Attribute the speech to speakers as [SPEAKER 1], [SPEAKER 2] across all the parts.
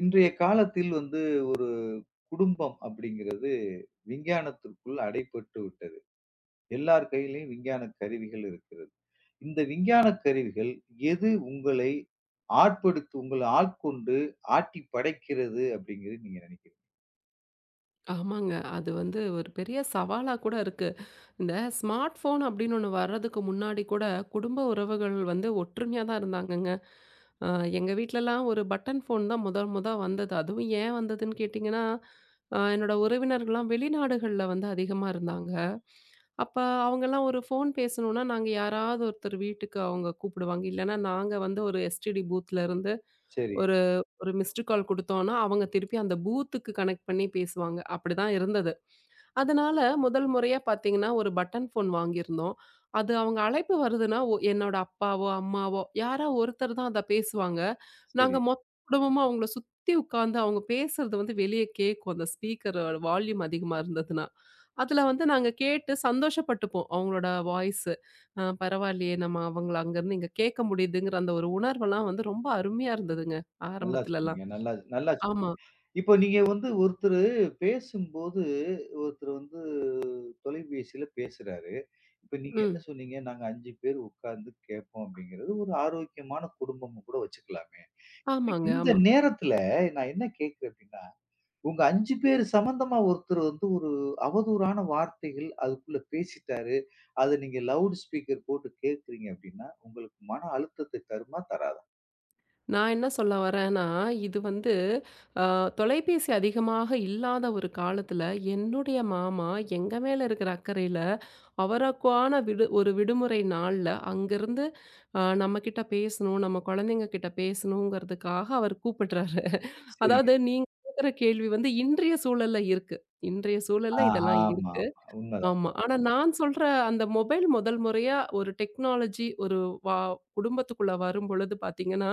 [SPEAKER 1] இன்றைய காலத்தில் வந்து ஒரு குடும்பம் அப்படிங்கிறது விஞ்ஞானத்திற்குள் அடைப்பட்டு விட்டது. எல்லார் கையிலும் விஞ்ஞான கருவிகள் இருக்கிறது. இந்த விஞ்ஞான கருவிகள் எது உங்களை ஆட்படுத்து உங்களை ஆட்கொண்டு ஆட்டி படைக்கிறது அப்படிங்கிறது நீங்க நினைக்கிறீங்க?
[SPEAKER 2] ஆமாங்க. அது வந்து ஒரு பெரிய சவாலா கூட இருக்கு. இந்த ஸ்மார்ட் ஃபோன் அப்படின்னு ஒண்ணு வர்றதுக்கு முன்னாடி கூட, குடும்ப உறவுகள் வந்து ஒற்றுமையா தான் இருந்தாங்கங்க. அ எங்க வீட்லலாம் ஒரு பட்டன் ஃபோன் தான் முதல் வந்தது. அதுவும் ஏன் வந்ததுன்னு கேட்டிங்கன்னா, என்னோட உறவினர்கள்லாம் வெளிநாடுகள்ல வந்து அதிகமா இருந்தாங்க. அப்ப அவங்கலாம் ஒரு ஃபோன் பேசணும்னா, நாங்க யாராவது ஒருத்தர் வீட்டுக்கு அவங்க கூப்பிடுவாங்க. இல்லன்னா நாங்க வந்து ஒரு எஸ்டிடி பூத்ல இருந்து
[SPEAKER 1] சரி,
[SPEAKER 2] ஒரு ஒரு மிஸ்டு கால் குடுத்தோம்னா, அவங்க திருப்பி அந்த பூத்துக்கு கனெக்ட் பண்ணி பேசுவாங்க. அப்படிதான் இருந்தது. அதனால முதல் முறையா பார்த்தீங்கன்னா, ஒரு பட்டன் ஃபோன் வாங்கியிருந்தோம். அது அவங்க அழைப்பு வருதுன்னா, என்னோட அப்பாவோ, அம்மாவோ யாரா ஒருத்தர் தான் அத பேசுவாங்க. நாங்க
[SPEAKER 1] சரி.
[SPEAKER 2] மொத்த குடும்பமா அவங்கள சுத்தி உட்காந்து அவங்க பேசுறது வந்து வெளிய கேட்கும். அந்த ஸ்பீக்கர் வால்யூம் அதிகமா இருந்ததுன்னா. அதுல வந்து நாங்க கேட்டு சந்தோஷப்பட்டுப்போம். அவங்களோட வாய்ஸு. பரவாயில்லையே நம்ம அவங்கள அங்கருந்து இங்க கேட்க முடியுதுங்கிற அந்த ஒரு உணர்வெல்லாம் வந்து ரொம்ப அருமையா இருந்ததுங்க.
[SPEAKER 1] நல்லா சொன்னீங்க.
[SPEAKER 2] ஆரம்பத்துலலாம்.
[SPEAKER 1] நல்லா நல்லா சொன்னீங்க.
[SPEAKER 2] ஆமா.
[SPEAKER 1] இப்போ நீங்க வந்து ஒருத்தரு பேசும்போது ஒருத்தர் வந்து தொலைபேசியில பேசுறாரு. இப்ப நீங்க என்ன
[SPEAKER 2] ம்.
[SPEAKER 1] சொன்னீங்க? நாங்க 5 பேர் உட்கார்ந்து கேட்போம் அப்படிங்கிறது ஒரு ஆரோக்கியமான குடும்பம்னு கூட வச்சுக்கலாமே. இப்ப
[SPEAKER 2] ஆமாங்க.
[SPEAKER 1] இந்த
[SPEAKER 2] ஆமா.
[SPEAKER 1] நேரத்துல நான் என்ன கேட்கிறேன் அப்படின்னா, உங்க 5 பேர் சம்பந்தமா ஒருத்தர் வந்து ஒரு அவதூறான வார்த்தைகள் அதுக்குள்ள பேசிட்டாரு. அத நீங்க லவுட் ஸ்பீக்கர் போட்டு கேட்கிறீங்க அப்படின்னா, உங்களுக்கு மன அழுத்தத்தை தருமா? தராதா?
[SPEAKER 2] நான் என்ன சொல்ல வரேன்னா, இது வந்து அ தொலைபேசி அதிகமாக இல்லாத ஒரு காலத்தில, என்னுடைய மாமா எங்க மேல இருக்கிற அக்கறையில, அவருக்கான ஒரு விடுமுறை நாள்ல அங்கருந்து நம்மகிட்ட பேசணும், நம்ம குழந்தைங்க கிட்ட பேசணுங்கிறதுக்காக அவர் கூப்பிடுறாரு.
[SPEAKER 1] சரிங்க.
[SPEAKER 2] அதாவது நீங்க கேட்கிற கேள்வி வந்து இன்றைய சூழல்ல இருக்கு. இன்றைய சூழல்ல
[SPEAKER 1] ஆ
[SPEAKER 2] இதெல்லாம்
[SPEAKER 1] ஆமா,
[SPEAKER 2] இருக்கு.
[SPEAKER 1] ஆமா. உண்ம
[SPEAKER 2] ஆமா. ஆனா நான் சொல்ற அந்த மொபைல் முதல் முறையா ஒரு டெக்னாலஜி ஒரு வா குடும்பத்துக்குள்ள வரும்பொழுது பார்த்தீங்கன்னா,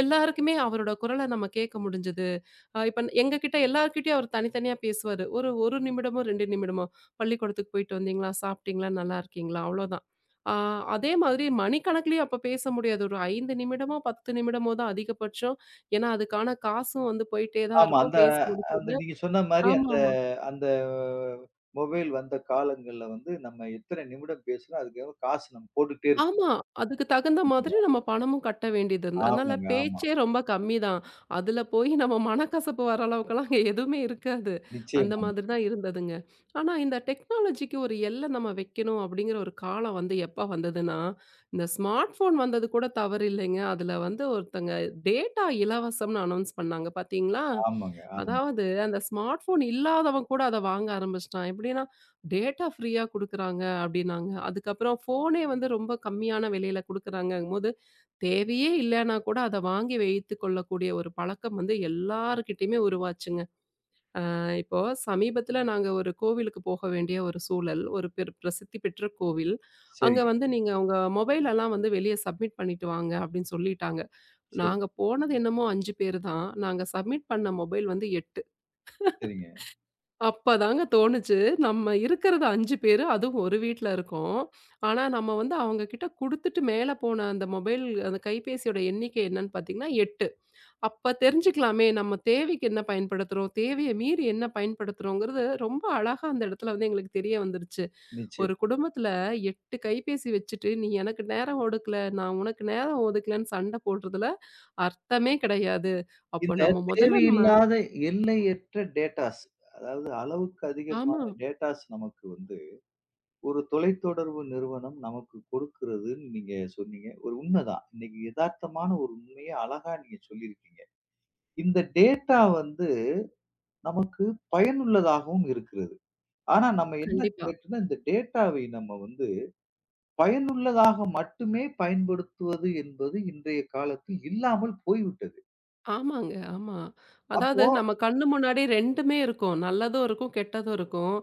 [SPEAKER 2] எல்லாருக்குமே அவரோட குரல நம்ம கேட்க முடிஞ்சது. இப்ப எங்ககிட்ட எல்லார்கிட்டயும் அவர் தனித்தனியா பேசுவாரு. ஒரு 1 நிமிடமோ, 2 நிமிடமோ, "பள்ளிக்கூடத்துக்கு போயிட்டு வந்தீங்களா? சாப்பிட்டீங்களா? நல்லா இருக்கீங்களா?" அவ்வளோதான். ஆ அதே மாதிரி மணிக்கணக்கிலயும் அப்ப பேச முடியாது. ஒரு 5 நிமிடமோ, 10 நிமிடமோ தான் அதிகபட்சம். ஏன்னா, அதுக்கான காசும் வந்து போயிட்டே தான்
[SPEAKER 1] ஆமா.
[SPEAKER 2] இருக்கும்.
[SPEAKER 1] அந்த
[SPEAKER 2] பேசி
[SPEAKER 1] அந்த
[SPEAKER 2] முடிச்சோனே
[SPEAKER 1] நீங்க சொன்ன மாரி அந்த
[SPEAKER 2] ஆமாமா.
[SPEAKER 1] அந்த மொபைல் வந்த காலங்கள்ல வந்து நம்ம எத்தனை நிமிடம் பேசுறோம், அதுக்கு காசு நம்ம போட்டுக்கிட்டே இருக்கோம்.
[SPEAKER 2] ஆமா. அதுக்கு தகுந்த மாதிரி
[SPEAKER 1] இல்லைங்களா?
[SPEAKER 2] நம்ம பணமும் கட்ட வேண்டியது இருந்தது. அதனால
[SPEAKER 1] ஆமாங்க, ஆமா.
[SPEAKER 2] பேச்சே ரொம்ப கம்மி தான். அதுல போய் நம்ம மனக்கசப்பு வர அளவுக்கெல்லாம் அங்க எதுவுமே இருக்காது. அந்த
[SPEAKER 1] நிச்சயமா,
[SPEAKER 2] மாதிரி
[SPEAKER 1] நிச்சயமா.
[SPEAKER 2] தான் இருந்ததுங்க. ஆனா இந்த டெக்னாலஜிக்கு ஒரு எல்லை நம்ம வைக்கணும் அப்படிங்கிற ஒரு காலம் வந்து எப்ப வந்ததுன்னா, இந்த ஸ்மார்ட் ஃபோன் வந்தது கூட தவறு இல்லைங்க. அதுல வந்து ஒருத்தங்க டேட்டா இலவசம்னு அனௌன்ஸ் பண்ணாங்க பார்த்தீங்களா?
[SPEAKER 1] ஆமாங்க, ஆமா.
[SPEAKER 2] அதாவது அந்த ஸ்மார்ட் ஃபோன் இல்லாதவன் கூட அத வாங்க ஆரம்பிச்சுட்டான். எப்படின்னா டேட்டா ஃப்ரீயா குடுக்குறாங்க அப்டின்னாங்க. அதுக்கப்புறம் ஃபோனே வந்து ரொம்ப கம்மியான விலையில குடுக்குறாங்கங்கும்போது, தேவையே இல்லன்னா கூட அத வாங்கி வைத்துக் கொள்ளக்கூடிய ஒரு பழக்கம் வந்து எல்லார்கிட்டயுமே உருவாச்சுங்க. இப்போ சமீபத்தில நாங்க ஒரு கோவிலுக்கு போக வேண்டிய ஒரு சூழல். ஒரு பிரசித்தி பெற்ற கோவில். அங்க
[SPEAKER 1] சரிங்க,
[SPEAKER 2] வந்து நீங்க உங்க மொபைல் எல்லாம் வந்து வெளிய சப்மிட் பண்ணிட்டு வாங்க அப்டின்னு சொல்லிட்டாங்க.
[SPEAKER 1] சரி,
[SPEAKER 2] நாங்க போனது என்னமோ 5 பேரு தான். நாங்க சப்மிட் பண்ண மொபைல் வந்து 8.
[SPEAKER 1] சரிங்க.
[SPEAKER 2] அப்பதாங்க தோணுச்சு, நம்ம இருக்கிறது 5 பேரு, அதுவும் ஒரு வீட்ல இருக்கோம். ஆனா, நம்ம வந்து அவங்க கிட்ட குடுத்துட்டு மேல போன அந்த மொபைல் அந்த கைபேசியோட எண்ணிக்கை என்னன்னு பார்த்தீங்கன்னா 8. அப்ப தெரிஞ்சுக்கலாமே, நம்ம தேவைக்கு என்ன பயன்படுத்துறோம், தேவைய மீறி என்ன பயன்படுத்துறோங்கிறது ரொம்ப அழகா அந்த இடத்துல வந்து எங்களுக்கு தெரிய வந்துருச்சு. ஒரு
[SPEAKER 1] நிச்சயம்.
[SPEAKER 2] குடும்பத்துல 8 கைபேசி வச்சுட்டு, "நீ எனக்கு நேரம் ஒடுக்கல, நான் உனக்கு நேரம் ஒதுக்கலன்னு" சண்டை போடுறதுல அர்த்தமே கிடையாது. அப்போ
[SPEAKER 1] இந்த
[SPEAKER 2] நம்ம முதல்ல நம்ம
[SPEAKER 1] தேவையில்லாத எல்லையற்ற டேட்டாஸ், அதாவது அளவுக்கு அதிகமான
[SPEAKER 2] ஆமா,
[SPEAKER 1] டேட்டாஸ் நமக்கு வந்து ஒரு தொலைத்தொடர்பு நிறுவனம் நமக்கு கொடுக்கிறதுன்னு நீங்க சொன்னீங்க. ஒரு உண்மைதான். இன்னைக்கு எதார்த்தமான ஒரு உண்மைய அழகா நீங்க சொல்லியிருக்கீங்க. இந்த டேட்டா வந்து நமக்கு பயனுள்ளதாகவும் இருக்கிறது. ஆனா நம்ம என்ன
[SPEAKER 2] கண்டிப்பா.
[SPEAKER 1] கேட்டோம்னா, இந்த டேட்டாவை நம்ம வந்து பயனுள்ளதாக மட்டுமே பயன்படுத்துவது என்பது இன்றைய காலத்தில் இல்லாமல் போய்விட்டது.
[SPEAKER 2] ஆமாங்க, ஆமா.
[SPEAKER 1] அப்போ
[SPEAKER 2] அதாவது நம்ம கண்ணு முன்னாடி 2மே இருக்கும். நல்லதும் இருக்கும், கெட்டதும் இருக்கும்.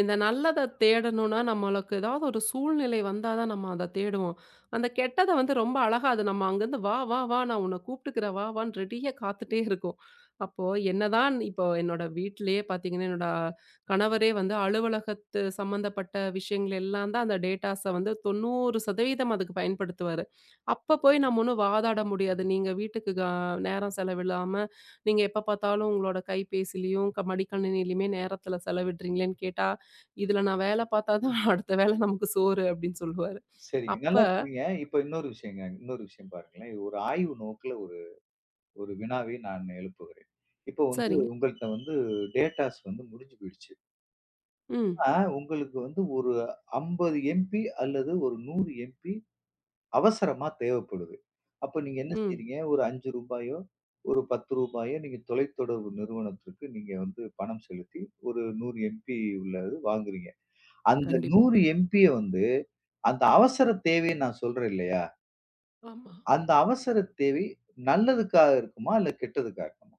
[SPEAKER 2] இந்த நல்லத தேடணும்னா, நம்மளுக்கு ஏதாவது ஒரு சூழ்நிலை வந்தா தான் நம்ம அத தேடுவோம். அந்த கெட்டத வந்து ரொம்ப அழகா அது நம்ம அங்கருந்து "வா, வா, வா நான் உன்ன கூப்பிட்டுக்கிறேன் வா, வான்னு" ரெடியா காத்துட்டே இருக்கும். அப்போ என்னதான் இப்போ என்னோட வீட்டிலேயே பார்த்தீங்கன்னா, என்னோட கணவரே வந்து அலுவலகத்து சம்மந்தப்பட்ட விஷயங்கள் எல்லாம் தான் அந்த டேட்டாஸ வந்து 90% அதுக்கு பயன்படுத்துவாரு. அப்ப போய் நம்ம ஒண்ணும் வாதாட முடியாது. நீங்க வீட்டுக்கு நேரம் செலவிடாம, நீங்க எப்ப பார்த்தாலும் உங்களோட கைபேசிலயும், மடிக்கணினியிலயுமே நேரத்துல செலவிடுறீங்களேன்னு கேட்டா, "இதுல நான் வேல பார்த்தா தான் அடுத்த வேல நமக்கு சோறு" அப்படின்னு சொல்லுவாரு.
[SPEAKER 1] சரிங்க.
[SPEAKER 2] அப்ப
[SPEAKER 1] நல்லா சொன்னீங்க. இப்ப இன்னொரு விஷயங்க. இன்னொரு விஷயம் பாருங்களேன். இது ஒரு ஆய்வு நோக்குல ஒரு ஒரு வினாவை நான் எழுப்புகிறேன். இப்போ வந்து
[SPEAKER 2] சரிங்க.
[SPEAKER 1] உங்கள்ட்ட வந்து டேட்டாஸ் வந்து முடிஞ்சு போயிடுச்சு.
[SPEAKER 2] ம்,
[SPEAKER 1] ஆனா உங்களுக்கு வந்து ஒரு 50 எம்பி அல்லது ஒரு 100 எம்பி அவசரமா தேவைப்படுது. அப்ப நீங்க என்ன
[SPEAKER 2] ம்.
[SPEAKER 1] செய்றீங்க? ஒரு ரூ. 5 ஒரு ரூ. 10 நீங்க தொலைத்தொடர்பு நிறுவனத்திற்கு நீங்க வந்து பணம் செலுத்தி ஒரு 100 எம்பி உள்ளது வாங்குறீங்க. அந்த
[SPEAKER 2] கண்டிப்பா.
[SPEAKER 1] 100 எம்பிய வந்து அந்த அவசர தேவைன்னு நான் சொல்றேன் இல்லையா?
[SPEAKER 2] ஆமா.
[SPEAKER 1] அந்த அவசர தேவை நல்லதுக்காக இருக்குமா? இல்ல கெட்டதுக்காக இருக்குமா?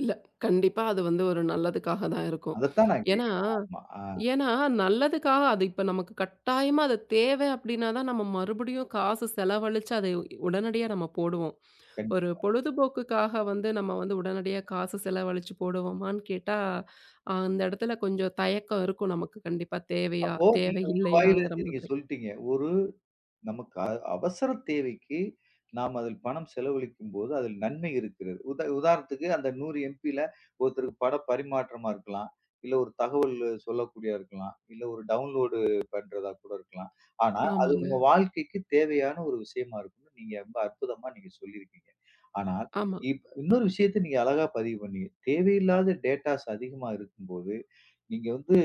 [SPEAKER 2] இல்ல, கண்டிப்பா அது வந்து ஒரு நல்லதுக்காக தான் இருக்கும்.
[SPEAKER 1] அதத்தான் நான்
[SPEAKER 2] ஏன்னா
[SPEAKER 1] கேட்கிறேன். ஆமா.
[SPEAKER 2] ஏன்னா நல்லதுக்காக அது இப்ப நமக்கு கட்டாயமா அது தேவை அப்படின்னா தான் நம்ம மறுபடியும் காசு செலவழிச்சு அதை உடனடியா நம்ம போடுவோம். ஒரு
[SPEAKER 1] கண்டிப்பா.
[SPEAKER 2] பொழுதுபோக்குக்காக வந்து நம்ம வந்து உடனடியா காசு செலவழிச்சு போடுவோமான்னு கேட்டா, அந்த இடத்துல கொஞ்சம் தயக்கம் இருக்கும் நமக்கு கண்டிப்பா. தேவையா?
[SPEAKER 1] அப்போ நீங்க
[SPEAKER 2] தேவை
[SPEAKER 1] உங்க
[SPEAKER 2] இல்லையாங்கிற
[SPEAKER 1] வாயிலிருந்து நீங்க
[SPEAKER 2] மாதிரி.
[SPEAKER 1] சொல்ட்டீங்க. ஒரு நமக்கு அ அவசர தேவைக்கு நாம் அதில் பணம் செலவழிக்கும்போது, அதில் நன்மை இருக்கிறது. உதாரணத்துக்கு அந்த 100 எம்பில ஒருத்தருக்கு பட பரிமாற்றமா இருக்கலாம். இல்ல ஒரு தகவல் சொல்லக்கூடியா இருக்கலாம். இல்ல ஒரு டவுன்லோடு பண்றதா கூட இருக்கலாம். ஆனா, அது
[SPEAKER 2] ஆமாங்க.
[SPEAKER 1] நம்ம வாழ்க்கைக்கு தேவையான ஒரு விஷயமா இருக்கும்னு நீங்க ரொம்ப அற்புதமா நீங்க சொல்லியிருக்கீங்க. ஆனால்,
[SPEAKER 2] ஆமா.
[SPEAKER 1] இன்னொரு விஷயத்த நீங்க அழகா பதிவு பண்ணீங்க. தேவையில்லாத டேட்டாஸ் அதிகமா இருக்கும்போது, நீங்க வந்து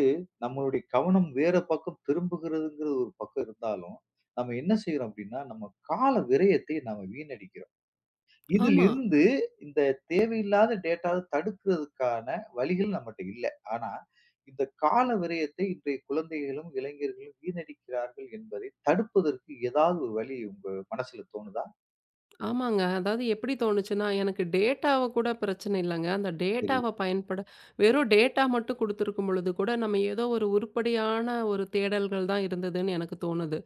[SPEAKER 1] நம்மளுடைய கவனம் வேற பக்கம் திரும்புகிறதுங்கிற ஒரு பக்கம் இருந்தாலும், நம்ம என்ன செய்றோம் அப்டின்னா, நம்ம கால விரயத்தை நாம வீணடிக்கிறோம்.
[SPEAKER 2] ஆமா.
[SPEAKER 1] இதிலிருந்து இந்த தேவையில்லாத டேட்டாவ தடுக்கிறதுக்கான வழிகள் நம்மட்ட இல்ல. ஆனா, இந்த கால விரயத்தை இன்றைய குழந்தைகளும், இளைஞர்களும் வீணடிக்கிறார்கள் என்பதை தடுப்பதற்கு ஏதாவது ஒரு வழி உங்க மனசுல தோணுதா?
[SPEAKER 2] ஆமாங்க. அதாவது எப்படி தோணுச்சுன்னா, எனக்கு டேட்டாவ கூட பிரச்சனை இல்லங்க. அந்த
[SPEAKER 1] சரி.
[SPEAKER 2] டேட்டாவ பயன்பட வெறும் டேட்டா மட்டும் குடுத்துருக்கும் பொழுது கூட, நம்ம ஏதோ ஒரு உருப்படியான ஒரு தேடல்கள் தான் இருந்ததுன்னு எனக்கு தோணுது.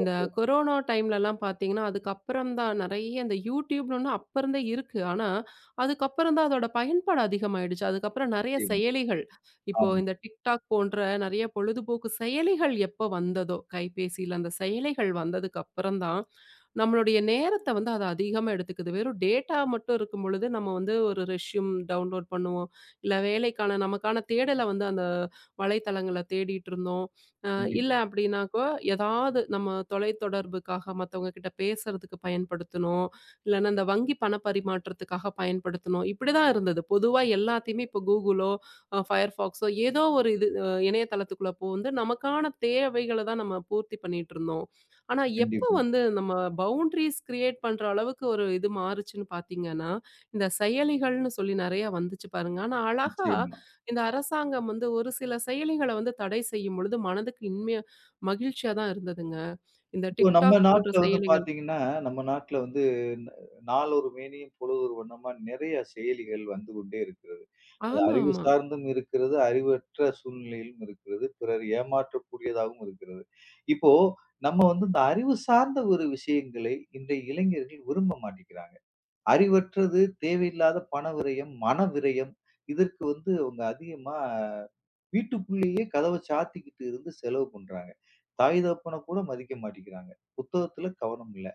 [SPEAKER 1] ஓ!
[SPEAKER 2] கொரோனா டைம்லலாம் பார்த்தீங்கன்னா, அதுக்கப்புறம் தான் நெறைய இந்த YouTubeன்னு ஒண்ணு அப்ப இருந்தே இருக்கு. ஆனா, அதுக்கப்புறம் தான் அதோட பயன்பாடு அதிகமாயிடுச்சு. அதுக்கப்புறம் நெறைய
[SPEAKER 1] நிச்சயமா.
[SPEAKER 2] செயலிகள், இப்போ
[SPEAKER 1] ஆமா.
[SPEAKER 2] இந்த TikTok போன்ற நெறைய பொழுதுபோக்கு செயலிகள் எப்ப வந்ததோ, கைபேசியில அந்த செயலிகள் வந்ததுக்கு அப்புறம் தான், நம்மளுடைய நேரத்த வந்து அது அதிகமா எடுத்துக்குது. வெறும் டேட்டா மட்டும் இருக்கும் பொழுது, நம்ம வந்து ஒரு ரெஸ்யூம் டவுன்லோட் பண்ணுவோம். இல்ல வேலைக்கான நமக்கான தேடல வந்து அந்த வலைத்தளங்கள்ல தேடிட்டு இருந்தோம். அ இல்ல
[SPEAKER 1] கண்டிப்பா,
[SPEAKER 2] அப்படின்னாக்கா, ஏதாவது நம்ம தொலைத்தொடர்புக்காக மத்தவங்க கிட்ட பேசுறதுக்கு பயன்படுத்தணும். இல்லன்னா இந்த வங்கி பண பரிமாற்றத்துக்காக பயன்படுத்தணும். இப்படிதான் இருந்தது. பொதுவா எல்லாத்தையுமே இப்போ Googleஓ, Firefoxஓ ஏதோ ஒரு இது இணையதளத்துக்குள்ள புகுந்து நமக்கான தேவைகள தான் நம்ம பூர்த்தி பண்ணிட்டுருந்தோம். ஆனா, எப்போ
[SPEAKER 1] கண்டிப்பா.
[SPEAKER 2] வந்து நம்ம பவுண்டரீஸ் கிரியேட் பண்ற அளவுக்கு ஒரு இது மாறுச்சுன்னு பார்த்தீங்கன்னா, இந்த செயலிகள்னு சொல்லி நெறைய வந்துச்சு பாருங்க. ஆனா, அழகா
[SPEAKER 1] நிச்சயமா.
[SPEAKER 2] இந்த அரசாங்கம் வந்து ஒரு சில செயலிகள வந்து தடை செய்யும் பொழுது, மனதுக்கு இனிமையா மகிழ்ச்சியா தான் இருந்ததுங்க. இந்த
[SPEAKER 1] இப்போ நம்ம
[SPEAKER 2] TikTok போன்ற
[SPEAKER 1] நாட்ல வந்து
[SPEAKER 2] செயலிகள்
[SPEAKER 1] பார்த்தீங்கன்னா, நம்ம நாட்ல வந்து ந நாளொரு மேனியும், பொழுதொரு வண்ணமா நிறைய செயலிகள் வந்து கொண்டே இருக்கிறது. அது
[SPEAKER 2] ஆமா,
[SPEAKER 1] அறிவு
[SPEAKER 2] ஆமா.
[SPEAKER 1] சார்ந்தும் இருக்கிறது, அறிவற்ற சூழ்நிலையிலும் இருக்கிறது. பிறர் ஏமாற்றக்கூடியதாகவும் இருக்கிறது. இப்போ நம்ம வந்து இந்த அறிவு சார்ந்த ஒரு விஷயங்களை இன்றைய இளைஞர்கள் விரும்ப மாட்டேங்கிறாங்க. அறிவற்றது, தேவையில்லாத பண விரயம், மன விரயம் இதற்கு வந்து அவங்க அதிகமா வீட்டுக்குள்ளேயே கதவ சாத்திக்கிட்டு இருந்து செலவு பண்றாங்க. தாய் தகப்பன கூட மதிக்க மாட்டிக்கிறாங்க. புத்தகத்துல கவனம் இல்ல.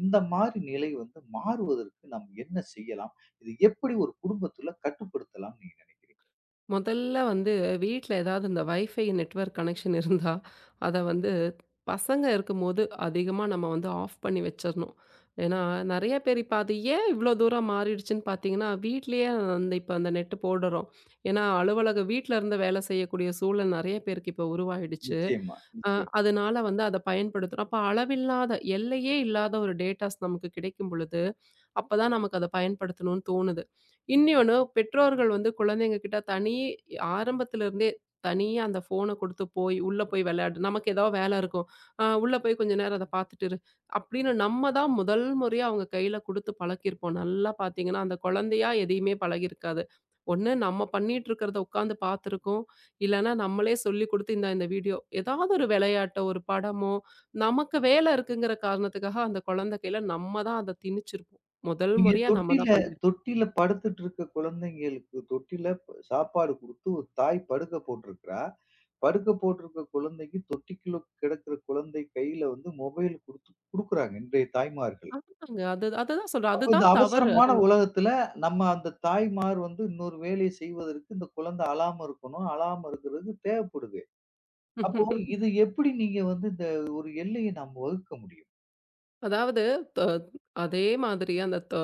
[SPEAKER 1] இந்த மாரி நிலை வந்து மாறுவதற்கு நாம் என்ன செய்யலாம்? இது எப்படி ஒரு குடும்பத்துல கட்டுப்படுத்தலாம்ன்னு நீங்க நினைக்கிறீங்க?
[SPEAKER 2] முதல்ல வந்து வீட்ல ஏதாவது இந்த வைஃபை நெட்வொர்க் கனெக்ஷன் இருந்தா, அத வந்து பசங்க இருக்கும்போது அதிகமா நம்ம வந்து ஆஃப் பண்ணி வச்சிரணும். ஏன்னா, நெறைய பேர் இப்ப அது ஏன் இவ்ளோ தூரம் மாறிடுச்சுன்னு பார்த்தீங்கன்னா, வீட்லயே அந்த இப்ப அந்த நெட் போடுறோம். ஏன்னா, அலுவலகம் வீட்ல இருந்து வேலை செய்யக்கூடிய சூழல் நெறைய பேருக்கு இப்ப உருவாயிடுச்சு.
[SPEAKER 1] நிச்சயமா,
[SPEAKER 2] அ
[SPEAKER 1] நிச்சயம்.
[SPEAKER 2] அதனால வந்து அத பயன்படுத்துறோம். அப்ப அளவில்லாத, எல்லையே இல்லாத ஒரு டேட்டாஸ் நமக்கு கிடைக்கும் பொழுது, அப்பதான் நமக்கு அத பயன்படுத்தணும்னு தோணுது. இன்னொன்னு பெற்றோர்கள் வந்து குழந்தைங்க கிட்ட தனி ஆரம்பத்துல இருந்தே தனியா அந்த ஃபோன குடுத்து போய், உள்ள போய் விளையாடு. நமக்கு ஏதோ வேல இருக்கும். உள்ள போய் கொஞ்ச நேரம் அத பார்த்துட்டு இரு. அப்படின்னு நம்ம தான் முதல் முறையா அவங்க கையில குடுத்து பழக்கியிருப்போம். நல்லா பார்த்தீங்கன்னா, அந்த குழந்தையா எதையுமே பழகியிருக்காது. ஒண்ணு நம்ம பண்ணிட்டு இருக்கிறத உட்காந்து பார்த்துருக்கும். இல்லன்னா நம்மளே சொல்லிக் குடுத்து இந்த இந்த வீடியோ ஏதாவது ஒரு விளையாட்டோ, ஒரு படமோ, நமக்கு வேலை இருக்குங்கிற காரணத்துக்காக அந்த குழந்தை கையில நம்ம தான் அத திணிச்சிருப்போம். முதல்
[SPEAKER 1] நீங்க
[SPEAKER 2] முறையா நம்ம
[SPEAKER 1] தொட்டில
[SPEAKER 2] தான் பண்ணியிருப்போம்.
[SPEAKER 1] தொட்டில படுத்துட்டு இருக்க குழந்தைங்களுக்கு தொட்டில சாப்பாடு குடுத்து ஒரு தாய் படுக்க போட்டிருக்கிறா. படுக்க போட்டிருக்க குழந்தைக்கு தொட்டிக்குள்ள கிடக்கிற குழந்தை கையில வந்து மொபைல் குடுத்து குடுக்குறாங்க இன்றைய தாய்மார்கள்.
[SPEAKER 2] ஆமாங்க. அது அதுதான் சொல்றேன்.
[SPEAKER 1] அப்ப இந்த
[SPEAKER 2] அதுதான் தவறு.
[SPEAKER 1] அவசரமான
[SPEAKER 2] அது
[SPEAKER 1] உலகத்துல நம்ம அந்த தாய்மார் வந்து இன்னொரு வேலைய செய்வதற்கு இந்த குழந்தை அழாம இருக்கணும். அழாம இருக்கிறது தேவைப்படுது.
[SPEAKER 2] ந
[SPEAKER 1] அப்போ இது எப்படி நீங்க வந்து இந்த ஒரு எல்லைய நாம் வகுக்க முடியும்?
[SPEAKER 2] அதாவது த அதே மாதிரி அந்த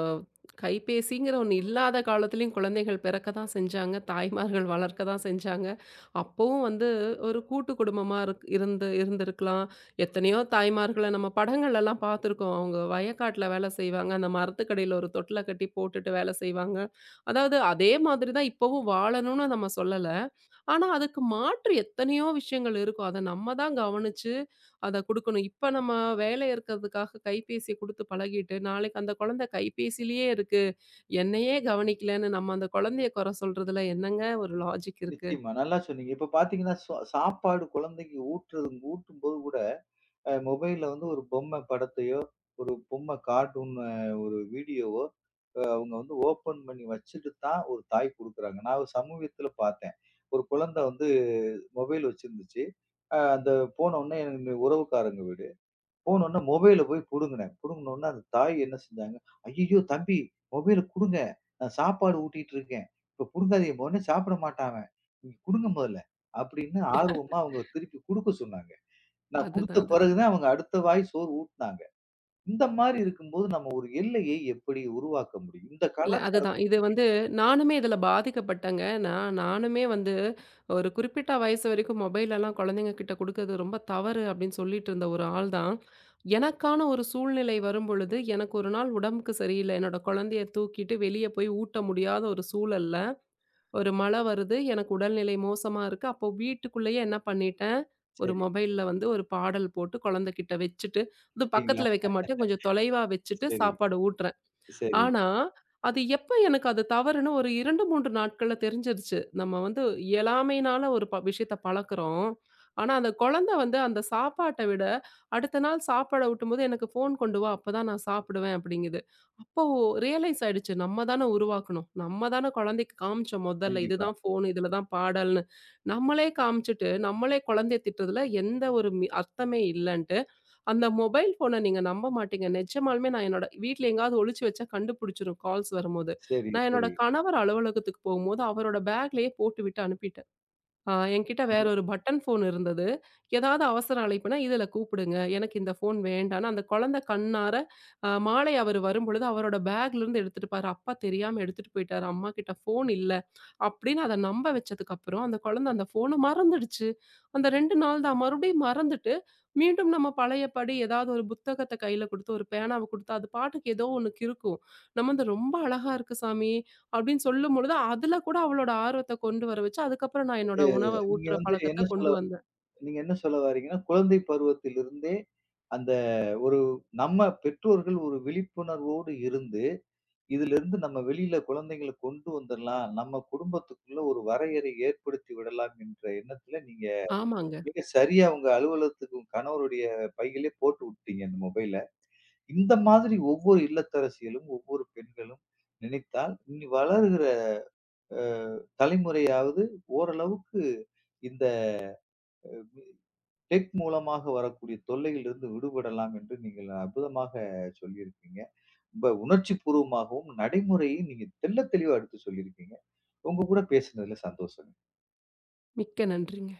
[SPEAKER 2] கைபேசிங்கிற ஒண்ணு இல்லாத காலத்திலயும் குழந்தைகள் பிறக்க தான் செஞ்சாங்க. தாய்மார்கள் வளர்க்க தான் செஞ்சாங்க. அப்பவும் வந்து ஒரு கூட்டு குடும்பமா இருந்து இருந்திருக்கலாம். எத்தனையோ தாய்மார்கள நம்ம படங்கள்லலாம் பார்த்துருக்கோம். அவங்க வயக்காட்டுல வேலை செய்வாங்க. அந்த மரத்துக்கடியில ஒரு தொட்டில கட்டி போட்டுட்டு வேலை செய்வாங்க. அதாவது அதே மாதிரி தான் இப்பவும் வாழணும்னு நம்ம சொல்லல. ஆனா, அதுக்கு மாற்று எத்தனையோ விஷயங்கள் இருக்கும். அத நம்ம தான் கவனிச்சு அத குடுக்கணும். இப்ப நம்ம வேலை இருக்கிறதுக்காக கைபேசிய குடுத்து பழகிட்டு, நாளைக்கு அந்த குழந்தை கைபேசியிலேயே இருக்கு. என்னையே கவனிக்கலன்னு நம்ம அந்த குழந்தைய குறை சொல்றதுல என்னங்க ஒரு லாஜிக் இருக்கு?
[SPEAKER 1] நிச்சயமா. நல்லா சொன்னீங்க. இப்ப பார்த்தீங்கன்னா, சாப்பாடு குழந்தைக்கு ஊட்டுறது ஊட்டும்போது கூட மொபைல்ல வந்து ஒரு பொம்மை படத்தையோ, ஒரு பொம்மை கார்ட்டூன் ஒரு வீடியோவோ அவங்க வந்து ஓப்பன் பண்ணி வச்சுட்டு தான் ஒரு தாய் குடுக்குறாங்க. நான் ஒரு சமீபத்தில பார்த்தேன். ஒரு குழந்தை வந்து மொபைல் வச்சிருந்துச்சு. அந்த போனோனே எங்க உறவுக்காரங்க வீடு. போனோனே மொபைல போய் புடுங்குனேன். புடுங்குனோனே அந்த தாய் என்ன செஞ்சாங்க, "ஐயய்யோ! தம்பி மொபைல குடுங்க. நான் சாப்பாடு ஊட்டிட்டு இருக்கேன். இப்ப புடுங்காதீங்க. உடனே சாப்பிட மாட்டான் அவன். நீங்க குடுங்க முதல்ல." அப்படின்னு ஆர்வமா அவங்க திருப்பி குடுக்க சொன்னாங்க. நான் குடுத்த
[SPEAKER 2] அதுதான்,
[SPEAKER 1] பிறகு
[SPEAKER 2] அதுதான்.
[SPEAKER 1] தான் அவங்க அடுத்த வாய் சோறு ஊட்டுனாங்க. இந்த மாரி இருக்கும்போது நம்ம ஒரு எல்லையை எப்படி உருவாக்க முடியும்? இந்த
[SPEAKER 2] இல்ல அதுதான்.
[SPEAKER 1] கலாச்சாரத்த
[SPEAKER 2] இது வந்து நானுமே இதுல பாதிக்கப்பட்டேங்க. நானுமே வந்து ஒரு குறிப்பிட்ட வயசு வரைக்கும் மொபைலெல்லாம் குழந்தைங்க கிட்ட குடுக்கறது ரொம்ப தவறு அப்படின்னு சொல்லிட்டு இருந்த ஒரு ஆள் தான். எனக்கான ஒரு சூழ்நிலை வரும்பொழுது, எனக்கு ஒரு நாள் உடம்புக்கு சரியில்ல. என்னோட குழந்தைய தூக்கிட்டு வெளிய போய் ஊட்ட முடியாத ஒரு சூழல்ல ஒரு மழை வருது. எனக்கு உடல்நிலை மோசமா இருக்கு. அப்போ வீட்டுக்குள்ளேயே என்ன பண்ணிட்டேன், ஒரு
[SPEAKER 1] சரி.
[SPEAKER 2] மொபைல்ல வந்து ஒரு பாடல் போட்டு குழந்தைகிட்ட வச்சுட்டு, அது
[SPEAKER 1] பார்த்தீங்களா?
[SPEAKER 2] பக்கத்துல வைக்க மாட்டேன். கொஞ்சம் தொலைவா வச்சுட்டு
[SPEAKER 1] சரி,
[SPEAKER 2] சாப்பாடு ஊட்டுறேன்.
[SPEAKER 1] சரி.
[SPEAKER 2] ஆனா, அது எப்ப எனக்கு அது தவறுன்னு ஒரு 2, 3 நாட்கள்ல தெரிஞ்சிருச்சு. நம்ம வந்து இயலாமையினால ஒரு விஷயத்த பழக்குறோம். ஆனா, அந்த குழந்தை வந்து அந்த சாப்பாட்ட விட, அடுத்த நாள் சாப்பாட ஊட்டும்போது எனக்கு ஃபோன் கொண்டு வா, அப்பதான் நான் சாப்பிடுவேன் அப்படிங்குது. அப்போ ரியலைஸ் ஆயிடுச்சு. நம்ம தான உருவாக்கணும். நம்ம தான குழந்தைக்கு காமிச்சோம் முதல்ல.
[SPEAKER 1] கண்டிப்பா.
[SPEAKER 2] இதுதான் ஃபோன், இதுல தான் பாடல்னு. நம்மளே காமிச்சுட்டு, நம்மளே குழந்தைய திட்டுறதுல எந்த ஒரு அர்த்தமே இல்லன்ட்டு, அந்த மொபைல் ஃபோன நீங்க நம்ப மாட்டீங்க. நிஜமாலுமே நான் என்னோட வீட்ல எங்கேயாவது ஒளிச்சு வச்சா கண்டுபிடிச்சிரும் கால்ஸ் வரும்போது.
[SPEAKER 1] சரி,
[SPEAKER 2] நான் என்னோட
[SPEAKER 1] சரி.
[SPEAKER 2] கணவர் அலுவலகத்துக்கு போகும்போது அவரோட பேக்லயே போட்டு விட்டு அனுப்பிட்டேன். என்கிட்ட வேற
[SPEAKER 1] நல்லது.
[SPEAKER 2] ஒரு பட்டன் ஃபோன் இருந்தது. ஏதாவது அவசர அழைப்புனா, "இதுல கூப்பிடுங்க. எனக்கு இந்த ஃபோன் வேண்டான்னு" அந்த குழந்தை கண்ணார மாலை அவரு வரும்பொழுது அவரோட பேக்லருந்து எடுத்துட்டு பாரு, அப்பா தெரியாம எடுத்துட்டு போயிட்டாரு. அம்மாகிட்ட ஃபோன் இல்ல. அப்படின்னு அத நம்ப வச்சதுக்கப்புறம், அந்த குழந்தை அந்த ஃபோன மறந்துடுச்சு. அந்த 2 நாள் தான். மறுபடியும் மறந்துட்டு, மீண்டும் நம்ம பழையபடி ஏதாவது ஒரு புத்தகத்த கையில குடுத்து, ஒரு பேனாவ குடுத்து, அது பாட்டுக்கு ஏதோ ஒண்ணு கிறுக்கும். நம்ம வந்து "ரொம்ப அழகா இருக்கு சாமி. அப்படின்னு சொல்லும்பொழுது, அதுல கூட அவளோட ஆர்வத்த கொண்டு வர வச்சு, அதுக்கப்புறம் நான் என்னோட உணவ
[SPEAKER 1] நீங்க
[SPEAKER 2] ஊட்டுற
[SPEAKER 1] வந்து என்ன
[SPEAKER 2] பழக்கத்த
[SPEAKER 1] சொல்ல
[SPEAKER 2] கொண்டு வந்தேன்.
[SPEAKER 1] நீங்க என்ன சொல்ல வாரீங்கன்னா, குழந்தை பருவத்திலிருந்தே அந்த ஒரு நம்ம பெற்றோர்கள் ஒரு விழிப்புணர்வோடு இருந்து, இதிலிருந்து நம்ம வெளியில குழந்தைகள கொண்டு வந்துரலாம். நம்ம குடும்பத்துக்குள்ள ஒரு வரையறை ஏற்படுத்தி விடலாம் என்ற எண்ணத்துல நீங்க
[SPEAKER 2] ஆமாங்க.
[SPEAKER 1] மிக சரியா உங்க அலுவலகத்துக்கு உங்க கணவருடைய பையிலே போட்டு விட்டீங்க அந்த மொபைல. இந்த மாதிரி ஒவ்வொரு இல்லத்தரசிகளும், ஒவ்வொரு பெண்களும் நினைத்தால், இனி வளருகிற அ தலைமுறையாவது ஓரளவுக்கு இந்த டெக் மூலமாக வரக்கூடிய தொல்லையிலிருந்து விடுபடலாம் என்று நீங்கள் அற்புதமாக சொல்லியிருக்கீங்க. ரொம்ப உணர்ச்சிப்பூர்வமாகவும், நடைமுறையும் நீங்க தெள்ளத் தெளிவா எடுத்து சொல்லியிருக்கீங்க. உங்க கூட பேசினதுல சந்தோஷம்.
[SPEAKER 2] மிக்க நன்றிங்க.